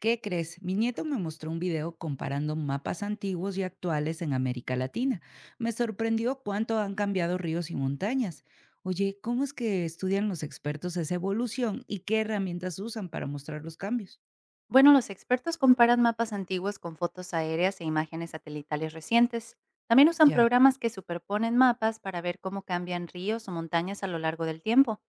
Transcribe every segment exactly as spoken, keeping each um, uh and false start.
¿Qué crees? Mi nieto me mostró un video comparando mapas antiguos y actuales en América Latina. Me sorprendió cuánto han cambiado ríos y montañas. Oye, ¿cómo es que estudian los expertos esa evolución y qué herramientas usan para mostrar los cambios? Bueno, los expertos comparan mapas antiguos con fotos aéreas e imágenes satelitales recientes. También usan Ya. programas que superponen mapas para ver cómo cambian ríos o montañas a lo largo del tiempo.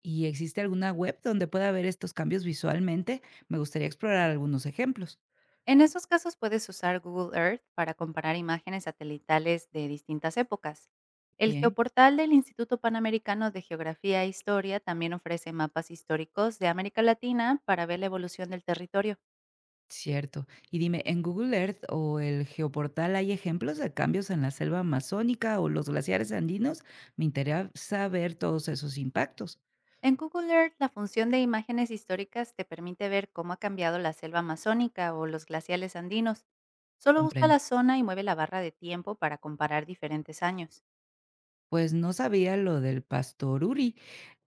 ¿Y existe alguna web donde pueda ver estos cambios visualmente? Me gustaría explorar algunos ejemplos. En esos casos puedes usar Google Earth para comparar imágenes satelitales de distintas épocas. El Bien. geoportal del Instituto Panamericano de Geografía e Historia también ofrece mapas históricos de América Latina para ver la evolución del territorio. Cierto. Y dime, ¿en Google Earth o el geoportal hay ejemplos de cambios en la selva amazónica o los glaciares andinos? Me interesa ver todos esos impactos. En Google Earth, la función de imágenes históricas te permite ver cómo ha cambiado la selva amazónica o los glaciales andinos. Solo busca Comprendo. la zona y mueve la barra de tiempo para comparar diferentes años. Pues no sabía lo del pastor Uri.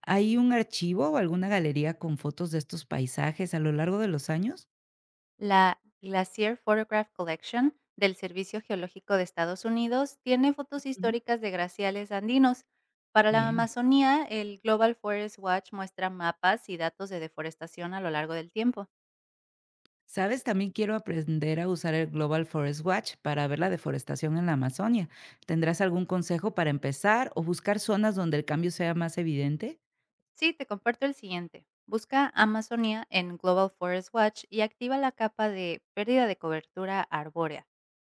¿Hay un archivo o alguna galería con fotos de estos paisajes a lo largo de los años? La Glacier Photograph Collection del Servicio Geológico de Estados Unidos tiene fotos Ujú. históricas de glaciales andinos. Para la Bien. Amazonía, el Global Forest Watch muestra mapas y datos de deforestación a lo largo del tiempo. ¿Sabes? También quiero aprender a usar el Global Forest Watch para ver la deforestación en la Amazonia. ¿Tendrás algún consejo para empezar o buscar zonas donde el cambio sea más evidente? Sí, te comparto el siguiente: busca Amazonia en Global Forest Watch y activa la capa de pérdida de cobertura arbórea.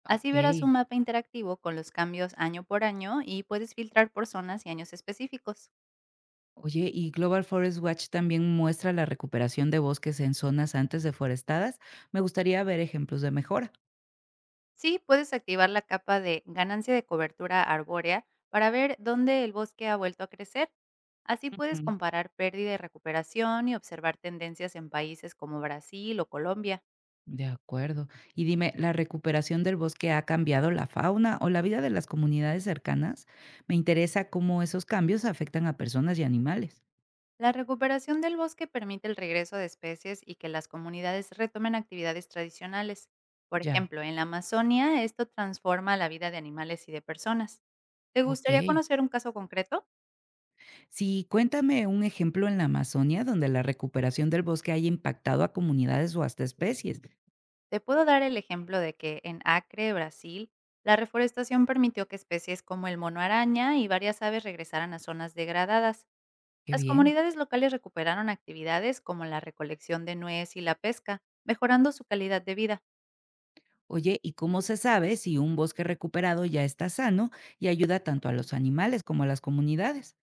Así verás Ok. un mapa interactivo con los cambios año por año y puedes filtrar por zonas y años específicos. Oye, ¿y Global Forest Watch también muestra la recuperación de bosques en zonas antes deforestadas? Me gustaría ver ejemplos de mejora. Sí, puedes activar la capa de ganancia de cobertura arbórea para ver dónde el bosque ha vuelto a crecer. Así puedes Ujú. comparar pérdida y recuperación y observar tendencias en países como Brasil o Colombia. De acuerdo. Y dime, ¿la recuperación del bosque ha cambiado la fauna o la vida de las comunidades cercanas? Me interesa cómo esos cambios afectan a personas y animales. La recuperación del bosque permite el regreso de especies y que las comunidades retomen actividades tradicionales. Por Ya, ejemplo, en la Amazonia esto transforma la vida de animales y de personas. ¿Te gustaría ok. conocer un caso concreto? Sí, cuéntame un ejemplo en la Amazonia donde la recuperación del bosque haya impactado a comunidades o hasta especies. Te puedo dar el ejemplo de que en Acre, Brasil, la reforestación permitió que especies como el mono araña y varias aves regresaran a zonas degradadas. Qué Las bien. comunidades locales recuperaron actividades como la recolección de nuez y la pesca, mejorando su calidad de vida. Oye, ¿y cómo se sabe si un bosque recuperado ya está sano y ayuda tanto a los animales como a las comunidades?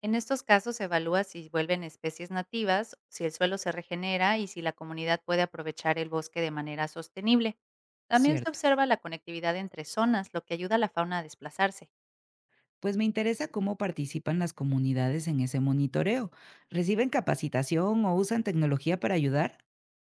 En estos casos se evalúa si vuelven especies nativas, si el suelo se regenera y si la comunidad puede aprovechar el bosque de manera sostenible. También se Cierto. observa la conectividad entre zonas, lo que ayuda a la fauna a desplazarse. Pues me interesa cómo participan las comunidades en ese monitoreo. ¿Reciben capacitación o usan tecnología para ayudar?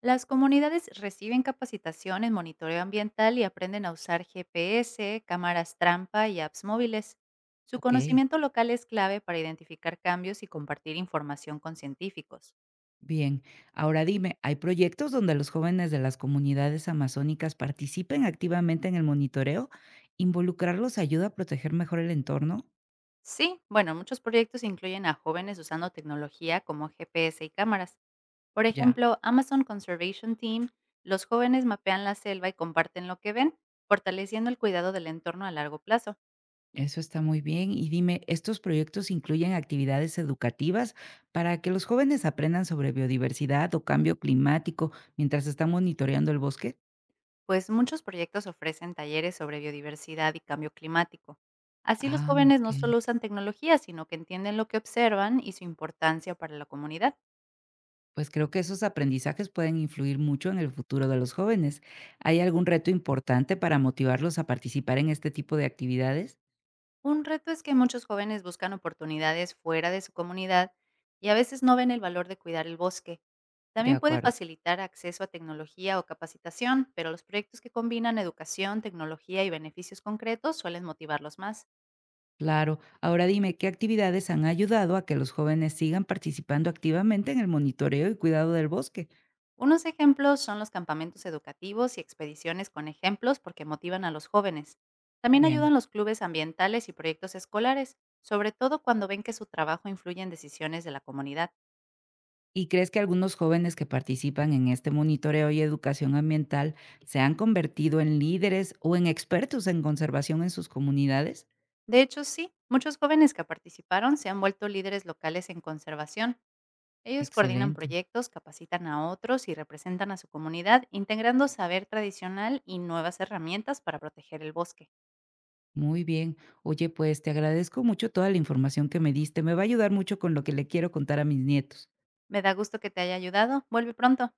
Las comunidades reciben capacitación en monitoreo ambiental y aprenden a usar G P S, cámaras trampa y apps móviles. Su Ok. conocimiento local es clave para identificar cambios y compartir información con científicos. Bien, ahora dime, ¿hay proyectos donde los jóvenes de las comunidades amazónicas participen activamente en el monitoreo? ¿Involucrarlos ayuda a proteger mejor el entorno? Sí, bueno, muchos proyectos incluyen a jóvenes usando tecnología como G P S y cámaras. Por Ya. ejemplo, Amazon Conservation Team, los jóvenes mapean la selva y comparten lo que ven, fortaleciendo el cuidado del entorno a largo plazo. Eso está muy bien. Y dime, ¿estos proyectos incluyen actividades educativas para que los jóvenes aprendan sobre biodiversidad o cambio climático mientras están monitoreando el bosque? Pues muchos proyectos ofrecen talleres sobre biodiversidad y cambio climático. Así los Ah, jóvenes ok. no solo usan tecnología, sino que entienden lo que observan y su importancia para la comunidad. Pues creo que esos aprendizajes pueden influir mucho en el futuro de los jóvenes. ¿Hay algún reto importante para motivarlos a participar en este tipo de actividades? Un reto es que muchos jóvenes buscan oportunidades fuera de su comunidad y a veces no ven el valor de cuidar el bosque. De También puede acuerdo. facilitar acceso a tecnología o capacitación, pero los proyectos que combinan educación, tecnología y beneficios concretos suelen motivarlos más. Claro. Ahora dime, ¿qué actividades han ayudado a que los jóvenes sigan participando activamente en el monitoreo y cuidado del bosque? Unos ejemplos son los campamentos educativos y expediciones con ejemplos, porque motivan a los jóvenes. También Bien. ayudan los clubes ambientales y proyectos escolares, sobre todo cuando ven que su trabajo influye en decisiones de la comunidad. ¿Y crees que algunos jóvenes que participan en este monitoreo y educación ambiental se han convertido en líderes o en expertos en conservación en sus comunidades? De hecho, sí, muchos jóvenes que participaron se han vuelto líderes locales en conservación. Ellos coordinan Excelente. proyectos, capacitan a otros y representan a su comunidad, integrando saber tradicional y nuevas herramientas para proteger el bosque. Muy bien. Oye, pues te agradezco mucho toda la información que me diste. Me va a ayudar mucho con lo que le quiero contar a mis nietos. Me da gusto que te haya ayudado. Vuelve pronto.